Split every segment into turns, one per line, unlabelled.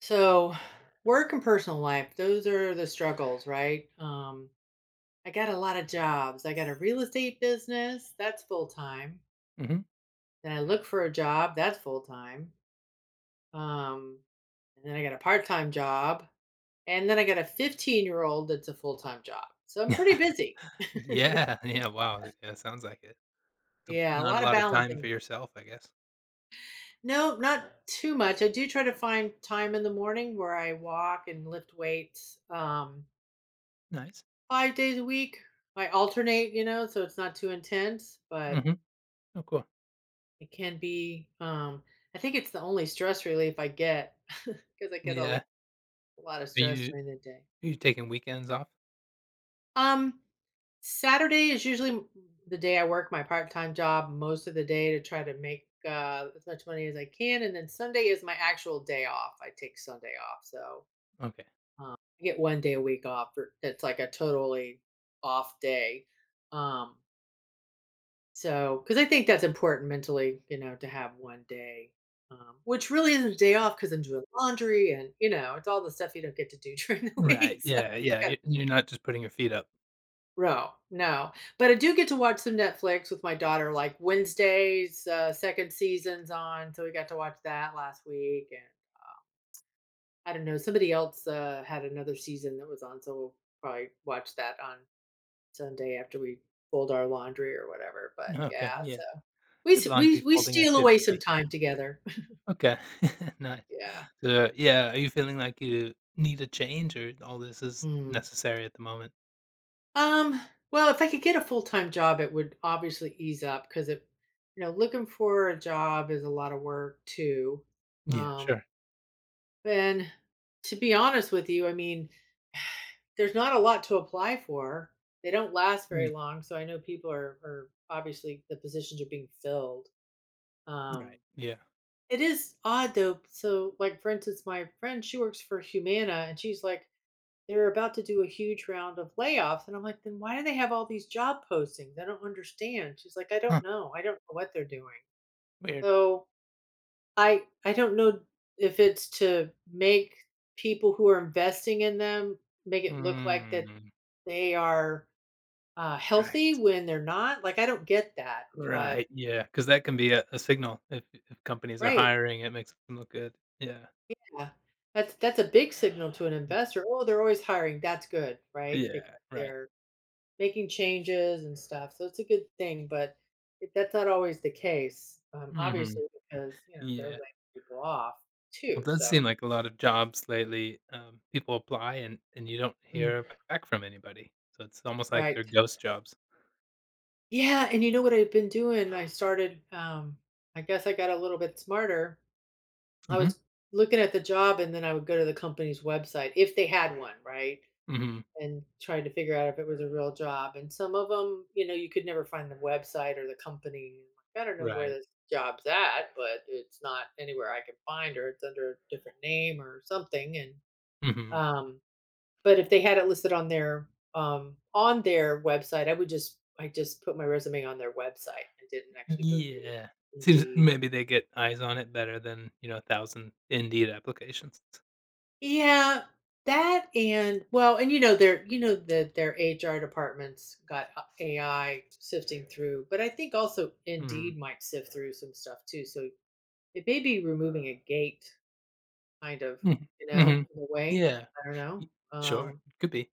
So, work and personal life, those are the struggles, right? I got a lot of jobs. I got a real estate business, that's full time.
Mhm.
Then I look for a job, that's full time. Um, and then I got a part time job. And then I got a 15-year-old that's a full time job. So I'm pretty busy.
Yeah, yeah, wow, yeah, sounds like it. So,
Yeah, a
not a
lot of
lot of time for
balancing.
yourself, I guess.
No, not too much. I do try to find time in the morning where I walk and lift weights.
Nice.
5 days a week. I alternate, you know, so it's not too intense, but
Mhm. Oh, cool.
it can be. I think it's the only stress relief I get because I get a
Yeah.
a lot of
Are
stress
you
during the day.
are you taking weekends off?
Um, Saturday is usually m the day I work my part-time job most of the day to try to make, as much money as I can, and then Sunday is my actual day off. I take Sunday off, so,
Okay.
I get 1 day a week off. For It's like a totally off day. Um So, because I think that's important mentally, you know, to have one day, which really isn't a day
Yeah.
off because 'cause I'm doing laundry and, you know, it's all the stuff you don't get to do during the week,
Right,
so.
yeah, yeah,
Yeah.
y you're not just putting your feet up.
No, no, but I do get to watch some Netflix with my daughter, like, Wednesdays. 2nd season's on, so we got to watch that last week, and I don't know, somebody else, had another season that was on, so we'll probably watch that on Sunday after we fold our laundry or whatever, but
Okay,
yeah,
yeah.
so. We
Good
s
laundry
we
folding
steal away some
activity.
time together.
Okay, nice.
Yeah.
So, yeah, are you feeling like you need a change or all this is
Mm.
necessary at the moment?
Um, well, if I could get a full-time job, it would obviously ease up because it you know, looking for a job is a lot of work too.
Yeah,
Um,
sure.
and to be honest with you, I mean, there's not a lot to apply for. They don't last
Mm,
very long, so I know people are obviously the positions are being filled. Um,
right, yeah.
it is odd though. So, like for instance, my friend, she works for Humana and she's like, they were about to do a huge round of layoffs. And I'm like, then why do they have all these job postings? I don't understand. She's like, I don't
Huh,
know. I don't know what they're doing.
weird.
So I don't know if it's to make people who are investing in them make it look like that
Mm,
they are healthy
right.
when they're not. Like I don't get that. But
Right, yeah, because that can be a signal if companies are
right,
hiring, it makes them look good. Yeah.
yeah, that's a big signal to an investor. Oh, they're always hiring. That's good, right?
Yeah,
Because
right.
they're making changes and stuff. So it's a good thing, but that's not always the case.
Mhm.
Obviously, because you know they're laying
Yeah.
people off
Well,
too.
it does
So.
seem like a lot of jobs lately, people apply and you don't
Mm.
hear back from anybody, so it's almost like
Right,
they're ghost jobs.
yeah. And you know what I've been doing? I started. I guess I got a little bit smarter. I
Mhm.
was looking at the job, and then I would go to the company's website if they had one, right?
Mhm.
And tried to figure out if it was a real job. And some of them, you know, you could never find the website or the company. I don't know where
Right.
this job's at, but it's not anywhere I can find, or it's under a different name or something. And
Mhm.
um, but if they had it listed on their website, I just put my resume on their website, and didn't actually go through
Yeah. Seems
Indeed.
maybe they get eyes on it better than, you know, 1,000 Indeed applications.
Yeah, that and well, and you know that their HR departments got AI sifting through, but I think also Indeed
Mhm.
might sift through some stuff too. So it may be removing a gate, kind of,
Mhm.
you know,
Mhm.
in a way.
Yeah.
I don't know.
Y Sure,
Um,
could be.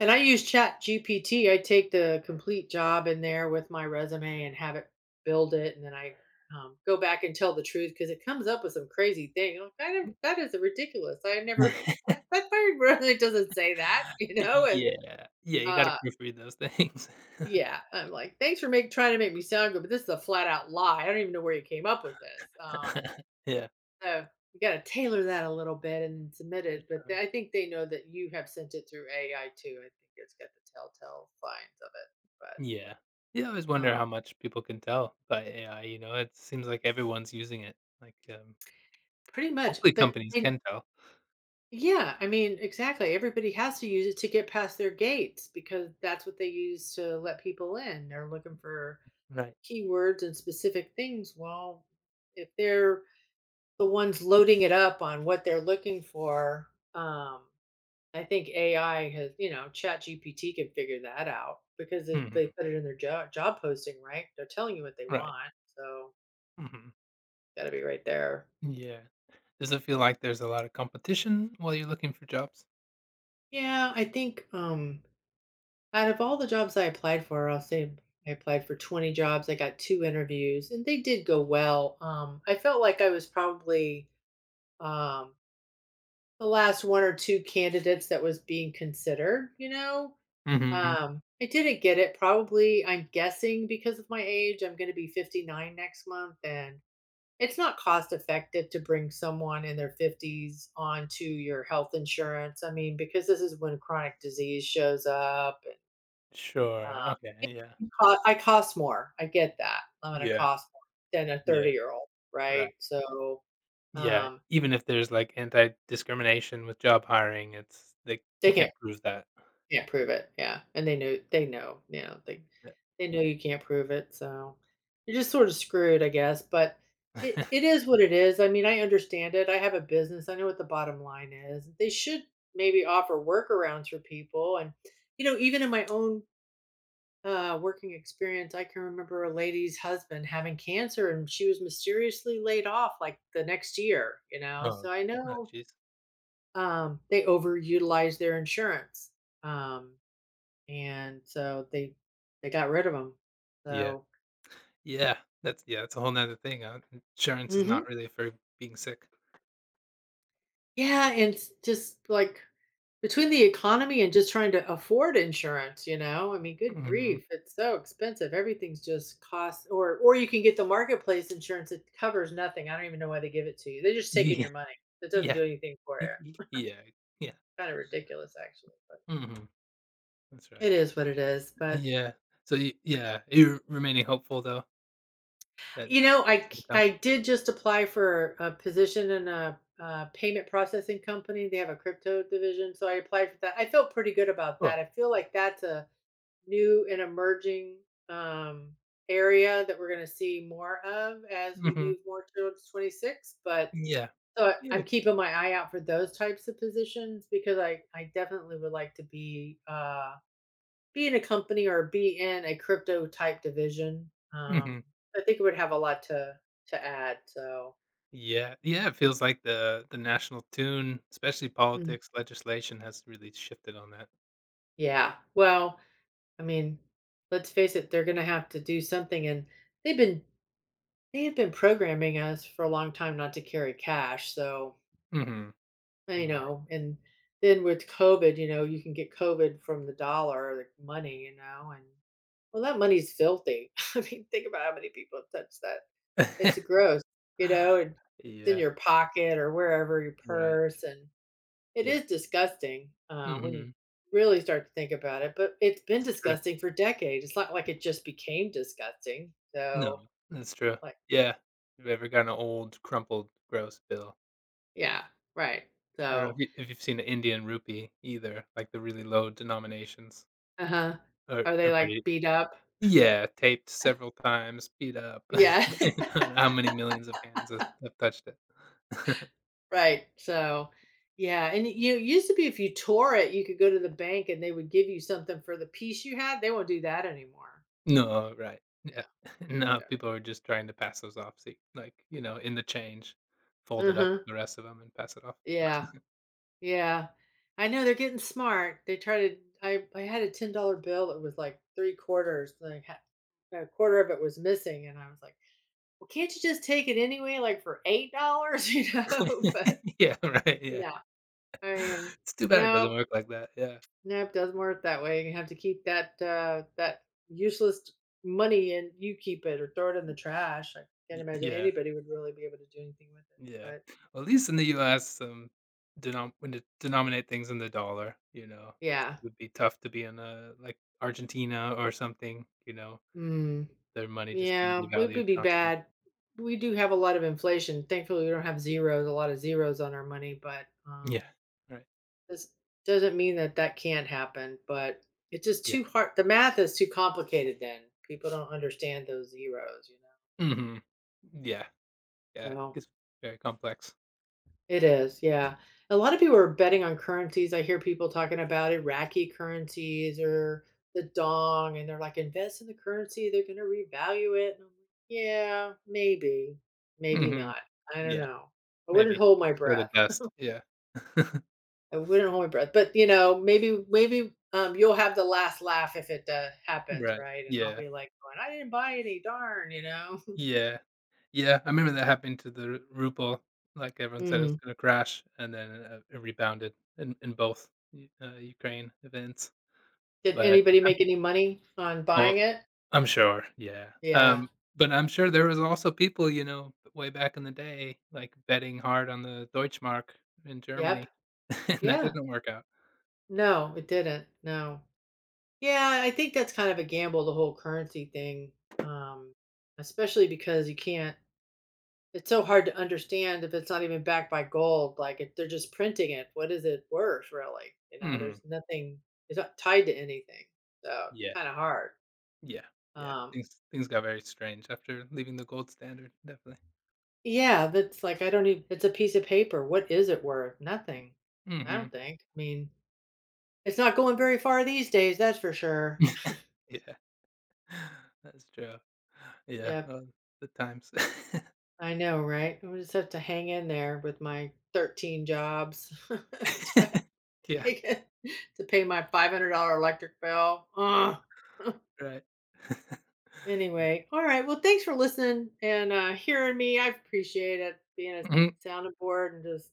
and I use Chat GPT. I take the complete job in there with my resume and have it build it, and then I go back and tell the truth because it comes up with some crazy thing. I'm like, that is ridiculous. I never that my resume doesn't say that, you know. And
Yeah. Yeah, you gotta
uh,
proofread those things.
yeah, I'm like, thanks for make trying to make me sound good, but this is a flat out lie. I don't even know where you came up with this.
Yeah,
So you got to tailor that a little bit and submit
for
it. But
sure.
I think they know that you have sent it through AI too. I think it's got the telltale signs of it.
Yeah. Yeah, I always
But
wonder how much people can tell by AI, it seems like everyone's using it,
Pretty much,
hopefully companies can tell.
yeah, I mean, exactly. Everybody has to use it to get past their gates because that's what they use to let people in. They're looking for
Right.
keywords and specific things. Well, if they're the ones loading it up on what they're looking for, um, I think AI has, you know, ChatGPT can figure that out because
Mhm,
they put it in their job posting, right? They're telling you what they
right.
want, so
Mhm.
got to be right there.
Yeah. Does it feel like there's a lot of competition while you're looking for jobs?
Yeah, I think out of all the jobs I applied for, I'll say I applied for 20 jobs. I got two interviews and they did go well. I felt like I was probably um the last one or two candidates that was being considered, you know.
Mhm.
I didn't get it probably, I'm guessing because of my age. I'm gonna be 59 next month, and it's not cost effective to bring someone in their 50s onto your health insurance. I mean, because this is when chronic disease shows up. And,
Sure, okay,
it
yeah.
co I cost more, I get that. I'm gonna
Yeah,
cost more than a
yeah,
30-year-old,
right.
right? So,
Yeah,
um,
even if there's, like, anti-discrimination with job hiring, it's like,
they
you can't prove that.
can't prove it, yeah, and they know, you know,
Yeah.
they know you can't prove it, so you're just sort of screwed, I guess, but it is what it is. I mean, I understand it, I have a business, I know what the bottom line is. They should maybe offer workarounds for people. And, you know, even in my own, working experience, I can remember a lady's husband having cancer, and she was mysteriously laid off, like, the next year, you know,
Oh,
so I
oh,
know,
jeez.
they overutilize their insurance, um and so they got rid of him.
Yeah.
So.
Yeah. That's yeah, that's a whole 'nother thing, insurance is
Mhm.
not really for being sick.
Yeah, and it's just like between the economy and just trying to afford insurance, you know? I mean, good
Mhm.
grief, it's so expensive. Everything's just cost or you can get the marketplace insurance that covers nothing. I don't even know why they give it to you. They're just taking
Yeah.
your money. It doesn't
Yeah.
do anything for you.
Yeah. Yeah.
Kind of ridiculous actually, but
Mhm. That's right.
it is what it is. But
Yeah. So you yeah, you're remaining hopeful, though, that
you know,
something's gonna come?
I did just apply for a position in a, payment processing company. They have a crypto division, so I applied for that. I felt pretty good about
Cool.
that. I feel like that's a new and emerging um, area that we're going to see more of as we
Mhm.
move more towards 26. But
Yeah.
so I'm
Yeah.
keeping my eye out for those types of positions because I definitely would like to be in a company or be in a crypto type division.
Mhm.
I think it would have a lot to add. So.
Yeah. Yeah, it feels like the national tune, especially
Mm,
politics, legislation has really shifted on that.
yeah. Well, I mean, let's face it, they're gonna have to do something and they've been they have been programming us for a long time not to carry cash. So
Mhm.
you
Right.
know, and then with COVID, you know, you can get COVID from the dollar, like money, you know. And well, that money's filthy. I mean, think about how many people have touched that. It's gross, you know, and it's in
Yeah.
your pocket or wherever, your
Right.
purse, and it
Yeah.
is disgusting, when you
Mhm.
really start to think about it, but it's been
It's true.
disgusting for decades, it's not like it just became disgusting,
No,
so,
that's true.
like.
Yeah. you Have ever gotten an old, crumpled, gross bill?
Yeah, right,
I don't know
so.
if, you, if you've seen an Indian rupee either, like the really low denominations
Uh-huh. Are they,
are
like,
pretty.
beat up?
Yeah, taped several times, beat up. I
Yeah,
don't know How many millions of hands have touched it?
right, so. Yeah, and it used to be if you tore it, you could go to the bank and they would give you something for the piece you had, they won't do that anymore.
No, right. Yeah. No, people are just trying to pass those off, see, like, you know, in the change, fold
Uh
it up
huh.
with the rest of them and pass it off.
Yeah. Yeah. I know they're getting smart. They try to I had a $10 bill that was like 3 quarters, like a quarter of it was missing and I was like, "Well, can't you just take it anyway like for $8?" You know, but
Yeah, right. Yeah.
no. I mean,
It's too bad it doesn't
no,
work like that. Yeah.
nope, doesn't work that way. You have to keep that that useless money and you keep it or throw it in the trash. I can't imagine
Yeah.
anybody would really be able to do anything with it.
Yeah.
But
Well, at least in the US, denom when to denominate things in the dollar, you know,
yeah.
it would be tough to be in, a like, Argentina or something, you know,
Mm.
their money just being
Yeah, we
devalued
would be
constantly.
bad. We do have a lot of inflation. Thankfully, we don't have zeros, a lot of zeros on our money, but
Yeah. Right.
this doesn't mean that that can't happen. But it's just
Yeah.
too hard. The math is too complicated. Then people don't understand those zeros, you know.
Mhm. Yeah. Yeah.
So
It's very complex.
it is, yeah. A lot of people are betting on currencies. I hear people talking about Iraqi currencies or the dong, and they're like, invest in the currency, they're going to revalue it. And I'm like, yeah, maybe, maybe
Mhm.
not. I don't
Yeah.
know. I wouldn't
Maybe.
hold my
Just go to
breath.
dust. Yeah.
I wouldn't hold my breath. But, you know, maybe, maybe you'll have the last laugh if it happens,
Right.
right? And I'll
Yeah.
be like, going, I didn't buy any, darn, you know?
Yeah. Yeah, I remember that happened to the Ru RuPaul, like, everyone said it was
Mm.
gonna crash, and then, it rebounded in both U Ukraine events,
Did
but
anybody
I'm
make any money on
well,
buying it?
I'm sure, yeah,
Yeah.
but I'm sure there was also people, you know, way back in the day, like, betting hard on the Deutschmark in
Yep.
Germany, and that
Yeah.
didn't work out.
No, it didn't, no. Yeah, I think that's kind of a gamble, the whole currency thing, um, especially because you can't it's so hard to understand if it's not even backed by gold, like, if they're just printing it, what is it worth, really? You know,
Mhm.
there's nothing, it's not tied to anything, so it's
Yeah,
kinda hard,
yeah, yeah,
um
things got very strange after leaving the gold standard, definitely.
Yeah, that's like, I don't even it's a piece of paper, what is it worth? Nothing, I don't
Mhm.
think. I mean, it's not going very far these days, that's for sure.
Yeah. That's true. Yeah,
Yeah.
good times.
I know, right? I just have to hang in there with my 13 jobs to
Yeah,
make it to pay my $500 electric bill. Ugh.
right. Yeah.
Anyway, all right. Well, thanks for listening and hearing me. I appreciate it being a
Mhm.
sounding board and just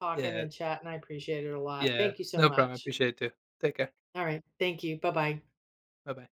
talking
Yeah,
and chatting. I appreciate it a lot.
yeah.
Thank you so
No problem, I
much.
appreciate it too. Take care.
All right. Thank you. Bye bye.
Bye-bye.